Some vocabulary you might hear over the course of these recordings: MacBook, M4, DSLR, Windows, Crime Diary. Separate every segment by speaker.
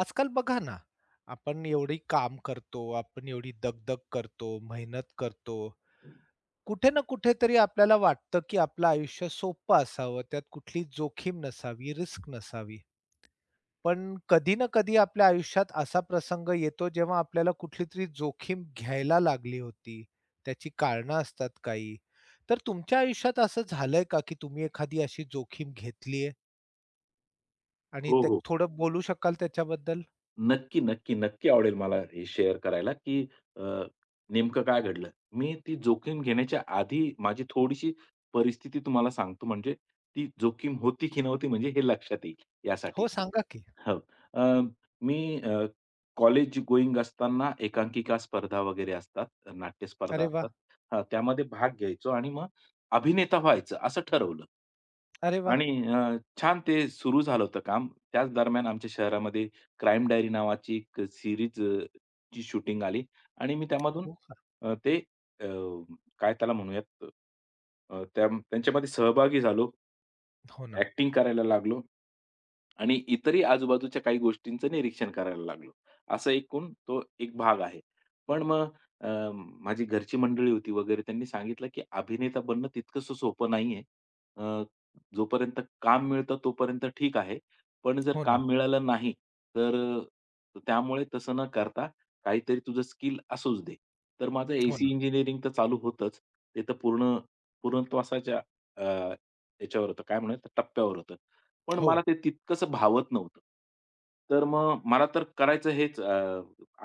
Speaker 1: आजकाल बघा ना, आपण एवढी काम करतो, आपण एवढी दगदग करतो, मेहनत करतो. कुठे ना कुठेतरी आपल्याला वाटतं, की आपलं आयुष्य सोपं असावं, त्यात कुठली जोखीम नसावी, रिस्क नसावी. पण कधी ना कधी आपल्या आयुष्यात असा प्रसंग येतो, जेव्हा आपल्याला कुठलीतरी जोखीम घ्यायला लागली होती. त्याची कारणं असतात काही. तर तुमच्या आयुष्यात असं झालंय का, की तुम्ही एखादी अशी जोखीम घेतलीये आणि
Speaker 2: हो,
Speaker 1: ते
Speaker 2: हो.
Speaker 1: थोडं बोलू शकाल त्याच्याबद्दल?
Speaker 2: नक्की, नक्की, नक्की आवडेल मला हे शेअर करायला, की अ, नेमकं काय घडलं. मी ती जोखीम घेण्याच्या आधी माझी थोडीशी परिस्थिती तुम्हाला सांगतो, म्हणजे ती जोखीम होती की नव्हती म्हणजे हे लक्षात येईल यासाठी.
Speaker 1: हो, सांगा की.
Speaker 2: हो. अ, मी कॉलेज गोईंग असताना एकांकिका स्पर्धा वगैरे असतात, नाट्य स्पर्धा
Speaker 1: अरे वाह!
Speaker 2: असतात. हां, त्यामध्ये भाग घ्यायचो आणि मग अभिनेता व्हायचं असं ठरवलं.
Speaker 1: अरे वाह!
Speaker 2: आणि छान ते सुरू झालं होतं काम. त्याच दरम्यान आमच्या शहरामध्ये क्राईम डायरी नावाची एक सीरीज ची शूटिंग आली आणि मी त्यामधून
Speaker 1: हो का?
Speaker 2: अ, ते अ, काय त्याला म्हणूयात, त्यांच्यामध्ये सहभागी झालो.
Speaker 1: हो ना,
Speaker 2: ॲक्टिंग करायला लागलो. आणि इतरही आजूबाजूच्या काही गोष्टींचं निरीक्षण करायला लागलो. असं एकूण तो एक भाग आहे. पण मग अ, माझी घरची मंडळी होती वगैरे त्यांनी सांगितलं, की अभिनेता बनणं तितकंसं सोपं नाहीये. अ, जोपर्यंत काम मिळतं तोपर्यंत ठीक आहे. पण जर
Speaker 1: हो ना,
Speaker 2: काम मिळालं नाही, तर त्यामुळे तसं न करता काहीतरी तुझं स्किल असूच दे. तर माझं
Speaker 1: हो
Speaker 2: एसी
Speaker 1: ना.
Speaker 2: इंजिनिअरिंग तर चालू होतंच. ते तर पूर्ण पूर्णत्वासाच्या अ, याच्यावर होतं काय म्हणूयात टप्प्यावर होतं. पण
Speaker 1: हो,
Speaker 2: मला ते तितकंसं भावत नव्हतं. तर मग मला तर करायचं हेच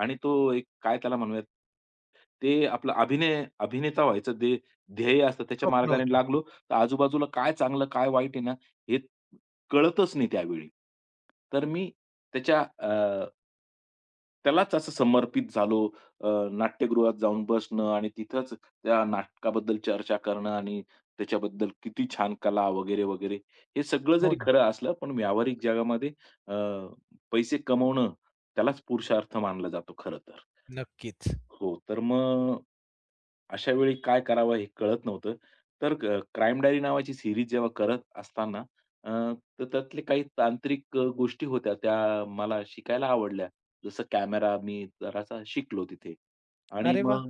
Speaker 2: आणि तो एक काय त्याला म्हणूयात, ते आपलं अभिनेता व्हायचं ते ध्येय असतं त्याच्या
Speaker 1: स्वप्न
Speaker 2: मार्गाने
Speaker 1: होतं.
Speaker 2: लागलो, तर आजूबाजूला काय चांगलं, काय वाईट आहे ना, हे कळतच नाही त्यावेळी. तर मी त्याच्या अ, त्यालाच असं समर्पित झालो. नाट्यगृहात जाऊन बसणं आणि तिथंच त्या नाटकाबद्दल चर्चा करणं आणि त्याच्याबद्दल किती छान कला वगैरे, वगैरे. हे सगळं
Speaker 1: हो
Speaker 2: जरी
Speaker 1: ना,
Speaker 2: खरं असलं, पण व्यावहारिक जगामध्ये अ, पैसे कमवणं त्यालाच पुरुषार्थ मानला जातो खरं तर.
Speaker 1: नक्कीच.
Speaker 2: हो, तर मग अशा वेळी काय करावं हे कळत नव्हतं. तर क्राईम डायरी नावाची सीरीज जेव्हा करत असताना अ, तर त्यातले काही तांत्रिक गोष्टी होत्या त्या मला शिकायला आवडल्या. जसं कॅमेरा मी जरासा शिकलो तिथे आणि
Speaker 1: अरे वा,
Speaker 2: मग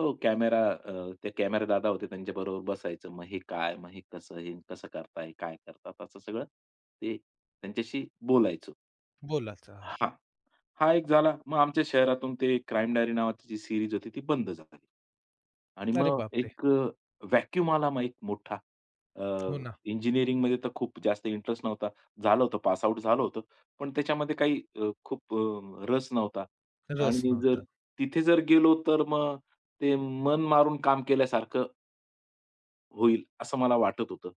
Speaker 2: हो, कॅमेरा अ, ते कॅमेरा दादा होते त्यांच्याबरोबर बसायचं. मग हे काय, मग हे कसं, हे कसं करताय, काय करतात असं सगळं ते त्यांच्याशी बोलायचो.
Speaker 1: बोलाचा हां.
Speaker 2: हां. हा एक झाला. मग आमच्या शहरातून ते क्राईम डायरी नावाची जी सीरीज होती ती बंद झाली. आणि
Speaker 1: अरे
Speaker 2: मग
Speaker 1: बापरे!
Speaker 2: एक व्हॅक्यूम आला मग एक मोठा. अ,
Speaker 1: हो ना,
Speaker 2: इंजिनिअरिंगमध्ये तर खूप जास्त इंटरेस्ट नव्हता. झालं होतं, पास आउट झालं होतं. पण त्याच्यामध्ये खूप रस नव्हता.
Speaker 1: रस
Speaker 2: आणि जर
Speaker 1: नव्हता.
Speaker 2: तिथे जर गेलो तर मग ते मन मारून काम केल्यासारखं होईल असं मला वाटत होतं.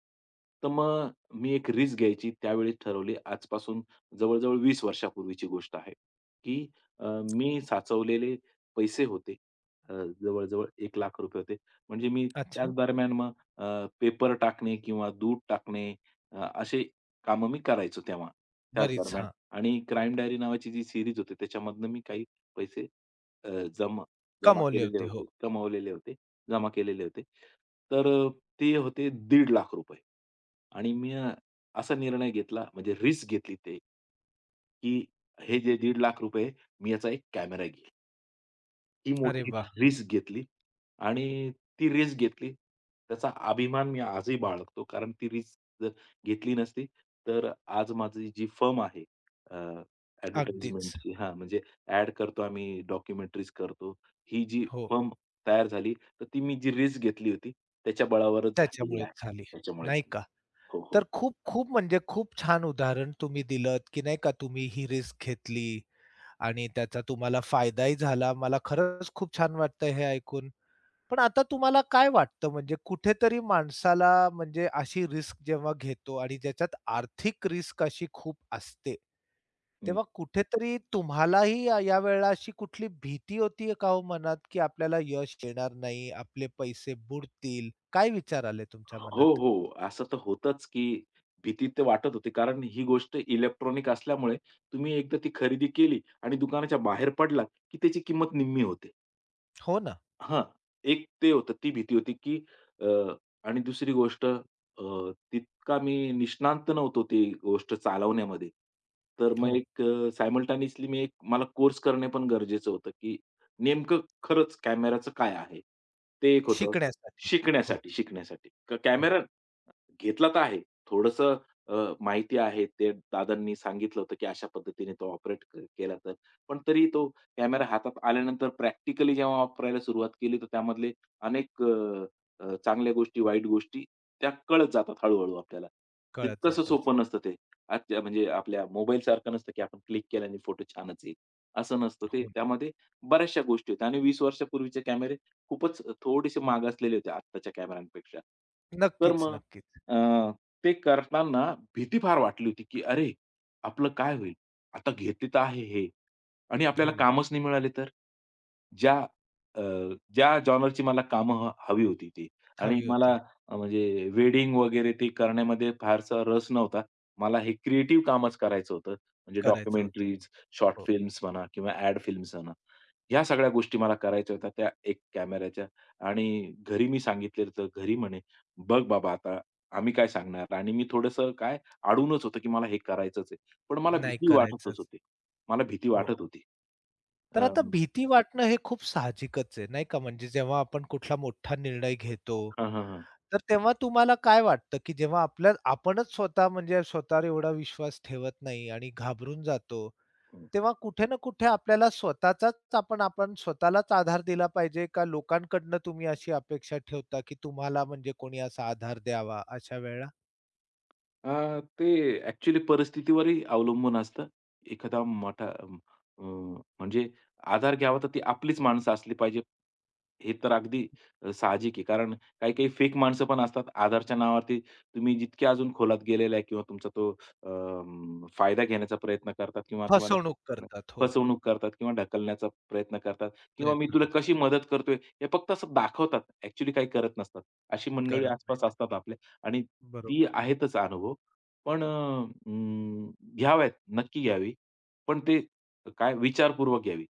Speaker 2: तर मग मी एक रिस्क घ्यायची त्यावेळी ठरवली. आजपासून जवळ-जवळ 20 वर्षापूर्वीची गोष्ट आहे, की मी साचवलेले पैसे होते. अ, जवळजवळ एक जवळ ₹1,00,000 होते. म्हणजे मी त्याच
Speaker 1: अच्छा,
Speaker 2: दरम्यान मग अ, पेपर टाकणे किंवा दूध टाकणे असे कामं मी करायचो तेव्हा, त्याच
Speaker 1: बरीच
Speaker 2: दरम्यान.
Speaker 1: हां,
Speaker 2: आणि क्राईम डायरी नावाची जी सीरीज होती त्याच्यामधनं मी काही पैसे अ, जमा जमा
Speaker 1: कमावले
Speaker 2: केलेले
Speaker 1: होते.
Speaker 2: होते,
Speaker 1: हो.
Speaker 2: कमवलेले होते, जमा केलेले होते. तर ते होते ₹1,50,000 आणि मी असा निर्णय घेतला म्हणजे रिस्क घेतली ते, की हे जे ₹1,50,000 मी याचा एक कॅमेरा घेईल. ती
Speaker 1: अरे
Speaker 2: मोठी
Speaker 1: वाह!
Speaker 2: रिस्क घेतली आणि ती रिस्क घेतली. त्याचा अभिमान मी आजही बाळगतो. कारण ती रिस्क जर घेतली नसती, तर आज माझी जी फर्म आहे अ,
Speaker 1: अगदीच.
Speaker 2: ॲडव्हर्टाइजमेंटची हां, म्हणजे ॲड करतो आम्ही, डॉक्युमेंटरीज करतो. ही जी
Speaker 1: हो,
Speaker 2: फर्म तयार झाली, तर ती मी जी रिस्क घेतली होती, त्याच्या बळावरच झालेली
Speaker 1: त्याच्यामुळेच
Speaker 2: आहे.
Speaker 1: झाली,
Speaker 2: त्याच्यामुळेच.
Speaker 1: नाही का?
Speaker 2: हो, हो.
Speaker 1: तर खूप-खूप म्हणजे खूप छान उदाहरण तुम्ही दिलत, की नाही का तुम्ही ही रिस्क घेतली आणि त्याचा तुम्हाला फायदाही झाला. मला खरंच खूप छान वाटतं हे ऐकून. पण आता तुम्हाला काय वाटतं म्हणजे कुठेतरी माणसाला म्हणजे अशी रिस्क जेव्हा घेतो आणि ज्याच्यात आर्थिक रिस्क अशी खूप असते, तेव्हा कुठेतरी तुम्हालाही या यावेळेला अशी कुठली भीती होती का हो मनात, की आपल्याला यश येणार नाही, आपले पैसे बुडतील? काय विचार आले तुमच्या
Speaker 2: हो,
Speaker 1: मनात?
Speaker 2: हो. असं तर होतंच, की भीती तर वाटत होती. कारण ही गोष्ट इलेक्ट्रॉनिक असल्यामुळे तुम्ही एकदा ती खरेदी केली आणि दुकानाच्या बाहेर पडलात, की त्याची किंमत निम्मी होते.
Speaker 1: हो ना.
Speaker 2: हां, एक ते होतं, ती भीती होती, की अ, आणि दुसरी गोष्ट तितका मी निष्णांत नव्हतो ती गोष्ट चालवण्यामध्ये. तर मग
Speaker 1: हो.
Speaker 2: एक अ, मी एक मला कोर्स करणे पण गरजेचं होतं, की नेमकं खरंच कॅमेराचं काय आहे? ते एक होतं.
Speaker 1: शिकण्यासाठी. हो,
Speaker 2: शिकण्यासाठी.
Speaker 1: हो.
Speaker 2: कॅमेरा घेतला तर आहे. थोडंसं अ, माहिती आहे. ते दादांनी सांगितलं होतं, की अशा पद्धतीने तो ऑपरेट केला तर. पण तरी तो कॅमेरा हातात आल्यानंतर प्रॅक्टिकली जेव्हा वापरायला सुरुवात केली, तर त्यामधले अनेक अ, अ, चांगल्या गोष्टी, वाईट गोष्टी त्या कळत जातात हळू-हळू आपल्याला.
Speaker 1: कळत
Speaker 2: तितकंसं
Speaker 1: जातात.
Speaker 2: सोपं नसतं ते. आजच्या म्हणजे आपल्या मोबाईलसारखं नसतं, की आपण क्लिक केल्याने फोटो छानच येईल. असं नसतं ते.
Speaker 1: हो.
Speaker 2: त्यामध्ये बऱ्याचशा गोष्टी आहेत आणि 20 वर्षापूर्वीचे कॅमेरे खूपच थोडेसे मागासलेले होते आत्ताच्या कॅमेऱ्यांपेक्षा. तर
Speaker 1: नक्कीच,
Speaker 2: मग
Speaker 1: नक्कीच.
Speaker 2: अ, ते करताना भीती फार वाटली होती, की "अरे, आपलं काय होईल? आता घेतले तर आहे हे आणि आपल्याला
Speaker 1: हो ना.
Speaker 2: कामच नाही मिळाले तर?" ज्या अ, ज्या जॉनरची मला कामं हवी होती ती आणि
Speaker 1: हवी
Speaker 2: मला
Speaker 1: होती.
Speaker 2: म्हणजे वेडिंग वगैरे ते करण्यामध्ये फारसा रस नव्हता. मला हे क्रिएटिव्ह कामच करायचं होतं. म्हणजे
Speaker 1: करायचं होतं.
Speaker 2: डॉक्युमेंटरीज, शॉर्ट
Speaker 1: हो.
Speaker 2: फिल्म्स म्हणा किंवा ॲड फिल्म्स म्हणा. ह्या सगळ्या गोष्टी मला करायच्या होत्या त्या एक कॅमेऱ्याच्या आणि घरी मी सांगितलेलं तर घरी म्हणे, "बघ बाबा आता आम्ही काय सांगणार?" आणि मी थोडंसं काय अडूनच होतो, की मला हे करायचंच आहे. पण मला
Speaker 1: नाही
Speaker 2: भीती वाटतच
Speaker 1: करायचंच.
Speaker 2: होती. मला भीती
Speaker 1: हो.
Speaker 2: वाटत होती.
Speaker 1: तर
Speaker 2: अ,
Speaker 1: आता भीती वाटणं हे खूप साहजिकच आहे, नाही का? म्हणजे जेव्हा आपण कुठला मोठा निर्णय घेतो,
Speaker 2: हां, हां, हां.
Speaker 1: तर तेव्हा तुम्हाला काय वाटतं, की जेव्हा आपणच स्वतः म्हणजे स्वतःवर एवढा विश्वास ठेवत नाही आणि घाबरून जातो, तेव्हा कुठे ना कुठे आपल्याला स्वतःचाच आपण आपण स्वतःलाच आधार दिला पाहिजे का लोकांकडनं तुम्ही अशी अपेक्षा ठेवता, की तुम्हाला म्हणजे कोणी असा आधार द्यावा अशा वेळेला?
Speaker 2: ते ॲक्चुअली परिस्थितीवरही अवलंबून असतं. एखादा मोठा अम, अ, म्हणजे आधार घ्यावा तर ती आपलीच माणसं असली पाहिजे. हे तर अगदी साहजिक आहे. कारण काही-काही फेक माणसं पण असतात. आधारच्या नावावरती तुम्ही जितके अजून खोलात गेलेला आहे किंवा तुमचा तो फायदा घेण्याचा प्रयत्न करतात किंवा तुम्हाला
Speaker 1: फसवणूक करतात. हो,
Speaker 2: फसवणूक करतात किंवा ढकलण्याचा प्रयत्न करतात किंवा मी
Speaker 1: प्रयत्न
Speaker 2: तुला कशी
Speaker 1: करतात.
Speaker 2: मदत करतोय हे फक्त असं दाखवतात. ॲक्चुअली काही करत नसतात. अशी मंडळी
Speaker 1: करत
Speaker 2: आसपास
Speaker 1: नाहीत.
Speaker 2: असतात आपल्या आणि ती
Speaker 1: बरोबर.
Speaker 2: आहेतच अनुभव. पण अं, घ्याव्यात, नक्की घ्यावी. पण ते काय विचारपूर्वक घ्यावी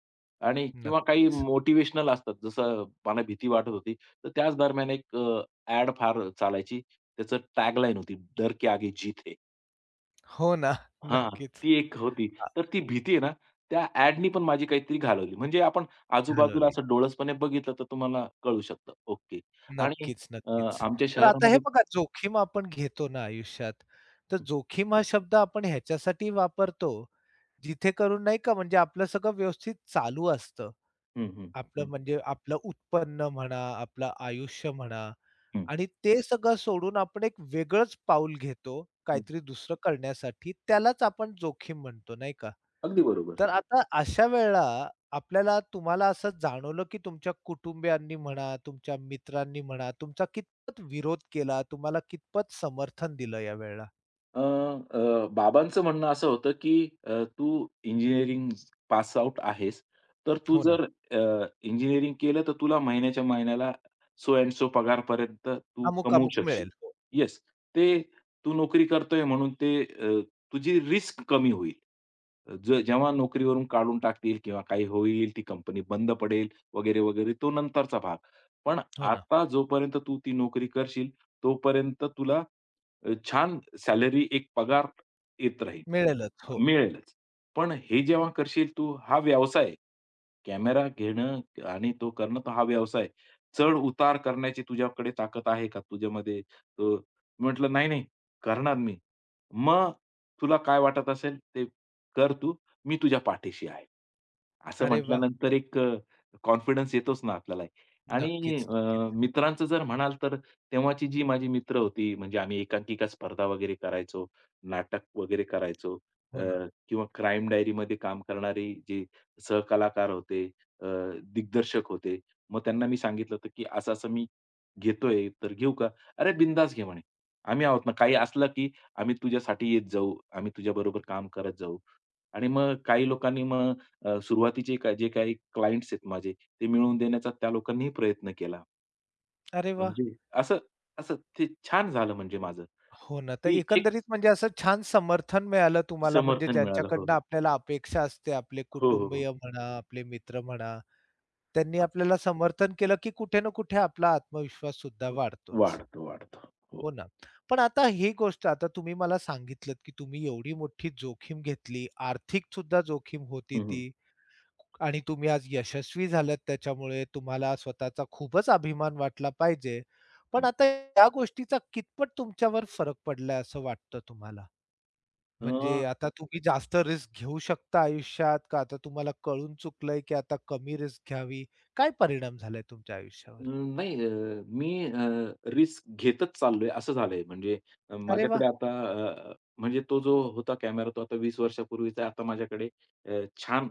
Speaker 2: आणि किंवा काही
Speaker 1: नक्कीच.
Speaker 2: मोटिवेशनल असतात. जसं मला भीती वाटत होती, तर त्याच दरम्यान एक फार चालायची. त्याचं टॅगलाईन होती, "डर के आगे जीत है."
Speaker 1: हो ना.
Speaker 2: हां,
Speaker 1: नक्कीच.
Speaker 2: ती एक होती.
Speaker 1: हां,
Speaker 2: तर ती भीती आहे ना, त्या ॲडनी पण माझी काहीतरी घालवली. म्हणजे आपण आजूबाजूला
Speaker 1: घालवली.
Speaker 2: असं डोळसपणे बघितलं, तर तुम्हाला कळू शकतं. ओके. आणि
Speaker 1: नक्कीच,
Speaker 2: अ,
Speaker 1: नक्कीच.
Speaker 2: आमच्या
Speaker 1: तर आता हे
Speaker 2: शहरामध्ये
Speaker 1: बघा जोखीम आपण घेतो ना आयुष्यात, तर जोखीम हा शब्द आपण ह्याच्यासाठी वापरतो, जिथे करून नाही का म्हणजे आपलं सगळं व्यवस्थित चालू असतं.
Speaker 2: हं, हं,
Speaker 1: आपलं
Speaker 2: हं,
Speaker 1: म्हणजे आपलं उत्पन्न म्हणा, आपलं आयुष्य म्हणा
Speaker 2: हं,
Speaker 1: आणि ते सगळं सोडून आपण एक वेगळंच पाऊल घेतो,
Speaker 2: हं.
Speaker 1: काहीतरी दुसरं करण्यासाठी त्यालाच आपण जोखीम म्हणतो, नाही का?
Speaker 2: अगदी बरोबर.
Speaker 1: तर आता अशा वेळेला आपल्याला तुम्हाला असं जाणवलं, की तुमच्या कुटुंबियांनी म्हणा, तुमच्या मित्रांनी म्हणा, तुमचा कितपत विरोध केला, तुम्हाला कितपत समर्थन दिलं या वेळेला?
Speaker 2: अ, अ, बाबांचं म्हणणं असं होतं, की "तू इंजिनिअरिंग पास आउट आहेस, तर तू
Speaker 1: हो ना.
Speaker 2: जर अ, इंजिनिअरिंग केलं तर तुला महिन्याच्या महिन्याला सो अँड सो पगारपर्यंत तू कमवू
Speaker 1: अमुक-अमुक
Speaker 2: शकशील."
Speaker 1: मिळेल. हो.
Speaker 2: येस, ते तू नोकरी करतोय म्हणून ते तुझी रिस्क कमी होईल. जेव्हा नोकरीवरून काढून टाकतील किंवा काही होईल, ती कंपनी बंद पडेल वगैरे, वगैरे तो नंतरचा भाग. पण
Speaker 1: हो ना.
Speaker 2: आता जोपर्यंत तू ती नोकरी करशील तोपर्यंत तुला छान सॅलरी एक पगार येत राहील.
Speaker 1: मिळेलच. हो.
Speaker 2: मिळेलच. पण हे जेव्हा करशील तू हा व्यवसाय आहे. कॅमेरा घेणं आणि तो करणं तो हा व्यवसाय आहे. चढ-उतार करण्याची तुझ्याकडे ताकद आहे का तुझ्यामध्ये? अ, म्हटलं, "नाही, नाही करणार मी." "मग तुला काय वाटत असेल ते कर तू. मी तुझ्या पाठीशी आहे." असं
Speaker 1: अरे वा,
Speaker 2: म्हटल्यानंतर एक कॉन्फिडन्स येतोच ना आपल्याला. आणि
Speaker 1: नक्कीच, नक्कीच.
Speaker 2: मित्रांचं जर म्हणाल तर तेव्हाची जी माझी मित्र होती, म्हणजे आम्ही एकांकिका स्पर्धा वगैरे करायचो, नाटक वगैरे करायचो अ,
Speaker 1: हो ना.
Speaker 2: किंवा क्राईम डायरीमध्ये काम करणारे जे सहकलाकार होते, अ, दिग्दर्शक होते. मग त्यांना मी सांगितलं होतं, की असं-असं मी घेतोय, तर घेऊ का? "अरे, बिनधास्त घे," म्हणे. "आम्ही आहोत ना. काही असलं, की आम्ही तुझ्यासाठी येत जाऊ. आम्ही तुझ्याबरोबर काम करत जाऊ." आणि मग काही लोकांनी मग सुरुवातीचे जे काही क्लायंट्स आहेत माझे, ते मिळवून देण्याचा त्या लोकांनीही प्रयत्न केला.
Speaker 1: अरे वाह!
Speaker 2: म्हणजे असं असं ते छान झालं म्हणजे माझं,
Speaker 1: हो ना. तर
Speaker 2: की एक
Speaker 1: एकंदरीत म्हणजे असं छान समर्थन मिळालं तुम्हाला म्हणजे
Speaker 2: समर्थन मिळालं. हो,
Speaker 1: ज्यांच्याकडनं
Speaker 2: हो.
Speaker 1: आपल्याला अपेक्षा असते, आपले
Speaker 2: हो, हो, हो.
Speaker 1: कुटुंबीय म्हणा, आपले मित्र म्हणा, त्यांनी आपल्याला समर्थन केलं, की कुठे ना कुठे आपला आत्मविश्वास सुद्धा वाढतोच.
Speaker 2: वाढतो, वाढतो. हो.
Speaker 1: हो ना. पण आता ही गोष्ट आता तुम्ही मला सांगितलत, की तुम्ही एवढी मोठी जोखीम घेतली, आर्थिक सुद्धा जोखीम होती
Speaker 2: हं,
Speaker 1: ती
Speaker 2: हं.
Speaker 1: आणि तुम्ही आज यशस्वी झालात त्याच्यामुळे तुम्हाला स्वतःचा खूपच अभिमान वाटला पाहिजे. पण
Speaker 2: हं.
Speaker 1: आता या गोष्टीचा कितपत तुमच्यावर फरक पडलाय असं वाटतं तुम्हाला? म्हणजे आता तुम्ही जास्त रिस्क घेऊ शकता आयुष्यात का आता तुम्हाला कळून चुकलंय, की आता कमी रिस्क घ्यावी? काय परिणाम झालाय तुमच्या आयुष्यावर?
Speaker 2: अं, नाही मी रिस्क घेतच चाललोय असं झालंय. म्हणजे
Speaker 1: अरे वाह!
Speaker 2: माझ्याकडे आता अ, म्हणजे तो जो होता कॅमेरा तो आता 20 वर्षापूर्वीचा आहे. आता माझ्याकडे छान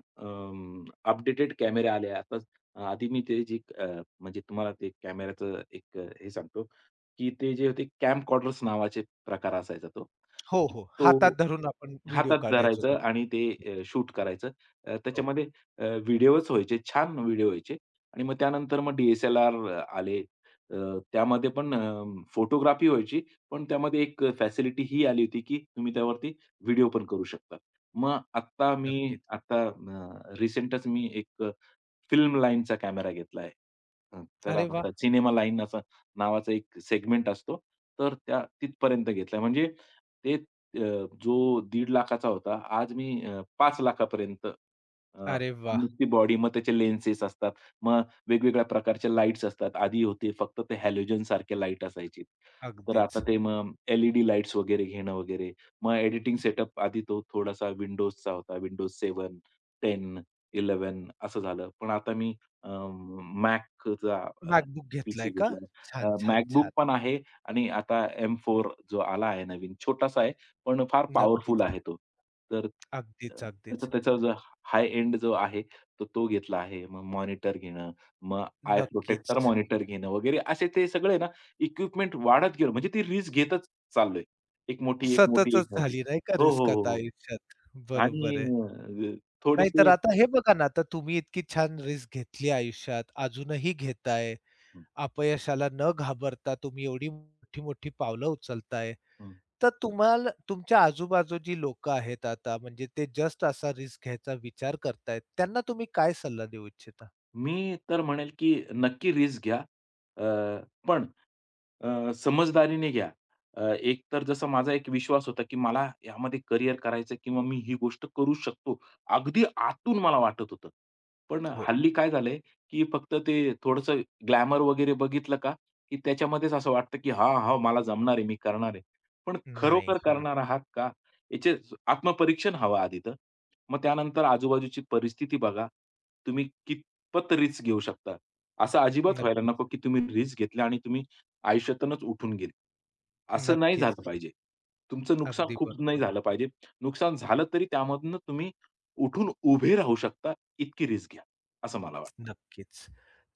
Speaker 2: अपडेटेड कॅमेरे आले. आहे. आता आधी मी ते जी म्हणजे तुम्हाला ते कॅमेऱ्याचं एक हे सांगतो, की ते जे होते कॅमकॉर्डर्स नावाचे प्रकार असायचा तो.
Speaker 1: हो,
Speaker 2: की
Speaker 1: हो.
Speaker 2: तो
Speaker 1: हातात धरून आपण व्हिडिओ
Speaker 2: हातात
Speaker 1: काढायचो ते.
Speaker 2: धरायचं आणि ते शूट करायचं.
Speaker 1: हो.
Speaker 2: त्याच्यामध्ये व्हिडिओच व्हायचे, छान व्हिडिओ व्हायचे. आणि मग त्यानंतर मग DSLR आले. अ, त्यामध्ये पण फोटोग्राफी व्हायची, पण त्यामध्ये एक फॅसिलिटी ही आली होती, की तुम्ही त्यावरती व्हिडिओ पण करू शकता. मग आत्ता मी
Speaker 1: नक्कीच.
Speaker 2: आता रिसेंटच मी एक फिल्म लाईनचा कॅमेरा घेतलाय. त्याला
Speaker 1: अरे वाह!
Speaker 2: म्हणतात सिनेमा लाईन असं नावाचा एक सेगमेंट असतो. तर त्या तिथपर्यंत घेतलाय. म्हणजे ते अ, जो 1.5 लाख होता, आज मी 5 लाख पर्यंत अ,
Speaker 1: अरे वाह!
Speaker 2: नुसती बॉडी मग त्याचे लेन्सेस असतात. मग वेगवेगळ्या प्रकारच्या लाईट्स असतात. आधी होते फक्त ते हॅलोजन सारखे लाईट असायची. तर आता
Speaker 1: अगदीच.
Speaker 2: ते मग एल-ई-डी लाईट्स वगैरे घेणं वगैरे. मग एडिटिंग सेटअप आधी तो थोडासा Windowsचा होता. Windows 7, 10 11 असं झालं. पण आता मी अ, Macचा अ,
Speaker 1: MacBook
Speaker 2: पीसी
Speaker 1: घेतलाय का?
Speaker 2: घेतलाय.
Speaker 1: छान, छान,
Speaker 2: MacBook
Speaker 1: छान.
Speaker 2: पण आहे आणि आता M4 जो आला आहे नवीन, छोटासा आहे, पण फार पॉवरफुल
Speaker 1: नक्कीच.
Speaker 2: आहे तो. तर अ,
Speaker 1: अगदीच,
Speaker 2: त्याचा
Speaker 1: अगदीच.
Speaker 2: त्याचा जो हाय एंड जो आहे, तो तो घेतला आहे. मग मॉनिटर घेणं, मग आय प्रोटेक्टर
Speaker 1: नक्कीच.
Speaker 2: मॉनिटर घेणं वगैरे असे ते सगळे ना इक्विपमेंट वाढत गेलं. म्हणजे ती रिस्क घेतच चाललोय. एक मोठी, एक मोठी, एक
Speaker 1: सततच
Speaker 2: मोठी.
Speaker 1: झाली नाही का
Speaker 2: हो, हो,
Speaker 1: रिस्क
Speaker 2: हो,
Speaker 1: आता
Speaker 2: हो.
Speaker 1: आयुष्यात.
Speaker 2: आणि
Speaker 1: बरोबर आहे.
Speaker 2: अ,
Speaker 1: नाहीतर
Speaker 2: थोडेसे
Speaker 1: आता हे बघा ना, आता तुम्ही इतकी छान रिस्क घेतली आयुष्यात, अजूनही घेताय. अपयशाला न घाबरता तुम्ही एवढी मोठी-मोठी पावलं उचलताय. तर तुम्हाला तुमच्या आजूबाजू जी लोकं आहेत आता, म्हणजे ते जस्ट असा रिस्क घ्यायचा विचार करतायत, त्यांना तुम्ही काय सल्ला देऊ इच्छिता?
Speaker 2: मी तर म्हणेल, की नक्की रिस्क घ्या. पण समजदारीने घ्या. एक तर जसा माझा एक विश्वास होता, की मला यामध्ये करियर करायचं किंवा मी ही गोष्ट करू शकतो. अगदी आतून मला वाटत होतं. पण
Speaker 1: हो.
Speaker 2: हल्ली काय झालंय, की फक्त ते थोडंसं ग्लॅमर वगैरे बघितलं का, की त्याच्यामध्येच असं वाटतं, की हा हां, मला जमणार आहे, मी करणार आहे. पण
Speaker 1: नाही.
Speaker 2: खरोखर
Speaker 1: हो ना.
Speaker 2: करणार आहात का? याचे आत्मपरीक्षण हवं आधी तर. मग त्यानंतर आजूबाजूची परिस्थिती बघा. तुम्ही कितपत रिस्क घेऊ शकता. असं अजिबात व्हायला
Speaker 1: नक्कीच,
Speaker 2: नको, की तुम्ही रिस्क घेतल्या आणि तुम्ही आयुष्यातूनच उठून गेले. असं नाही
Speaker 1: नक्कीच.
Speaker 2: झालं पाहिजे. तुमचं नुकसान
Speaker 1: अगदी
Speaker 2: खूप नाही
Speaker 1: बरोबर.
Speaker 2: झालं पाहिजे. नुकसान झालं तरी त्यामधनं तुम्ही उठून उभे राहू शकता, इतकी रिस्क घ्या, असं मला वाटतं.
Speaker 1: नक्कीच.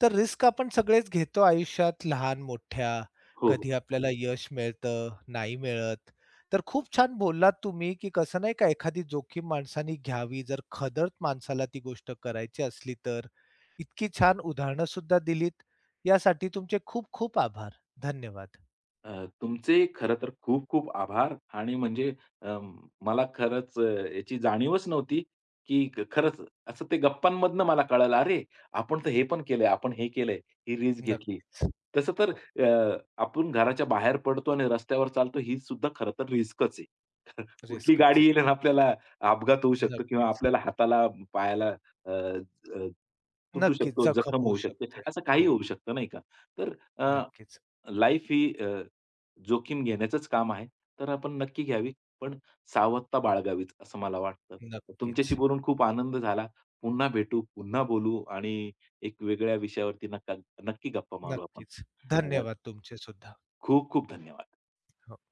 Speaker 1: तर रिस्क आपण सगळेच घेतो आयुष्यात लहान-मोठ्या.
Speaker 2: हो. हो
Speaker 1: कधी आपल्याला यश मिळतं, नाही मिळत. तर खूप छान बोललात तुम्ही, की कसं नाही का एखादी जोखीम माणसाने घ्यावी जर खदर माणसाला ती गोष्ट करायची असली तर. इतकी छान उदाहरणं सुद्धा दिलीत. यासाठी तुमचे खूप-खूप आभार. धन्यवाद.
Speaker 2: तुमचे खरं तर खूप खूप आभार आणि म्हणजे अं, मला खरंच याची जाणीवच नव्हती, की खरंच असं ते गप्पांमधनं मला कळालं, "अरे, आपण तर हे पण केलंय, आपण हे केलंय, ही रिस्क घेतली."
Speaker 1: नक्कीच.
Speaker 2: तसं तर
Speaker 1: हो,
Speaker 2: अ, आपण घराच्या बाहेर पडतो आणि रस्त्यावर चालतो ही सुद्धा खरं तर रिस्कच आहे. कुठली
Speaker 1: रिस्कच
Speaker 2: गाडी
Speaker 1: आहे.
Speaker 2: येईल आणि आपल्याला अपघात होऊ शकतो किंवा
Speaker 1: नक्कीच.
Speaker 2: आपल्याला हाताला, पायाला अ, अ, तुटू
Speaker 1: नक्कीच
Speaker 2: शकतो,
Speaker 1: जखम
Speaker 2: जखम
Speaker 1: होऊ
Speaker 2: होऊ शकते,
Speaker 1: शकते.
Speaker 2: असं काही
Speaker 1: हो,
Speaker 2: होऊ शकतं नाही का? तर
Speaker 1: नक्कीच.
Speaker 2: लाईफ ही जोखीम घेण्याचंच काम आहे, तर आपण नक्की घ्यावी, पण सावधता बाळगावीच असं मला वाटतं.
Speaker 1: नक्कीच,
Speaker 2: तुमच्याशी बोलून खूप आनंद झाला. पुन्हा भेटू, पुन्हा बोलू आणि एक वेगळ्या विषयावरती नक्की गप्पा मारू आपण.
Speaker 1: नक्कीच.
Speaker 2: अ,
Speaker 1: धन्यवाद तुमचे सुद्धा.
Speaker 2: खूप खूप धन्यवाद.
Speaker 1: हो.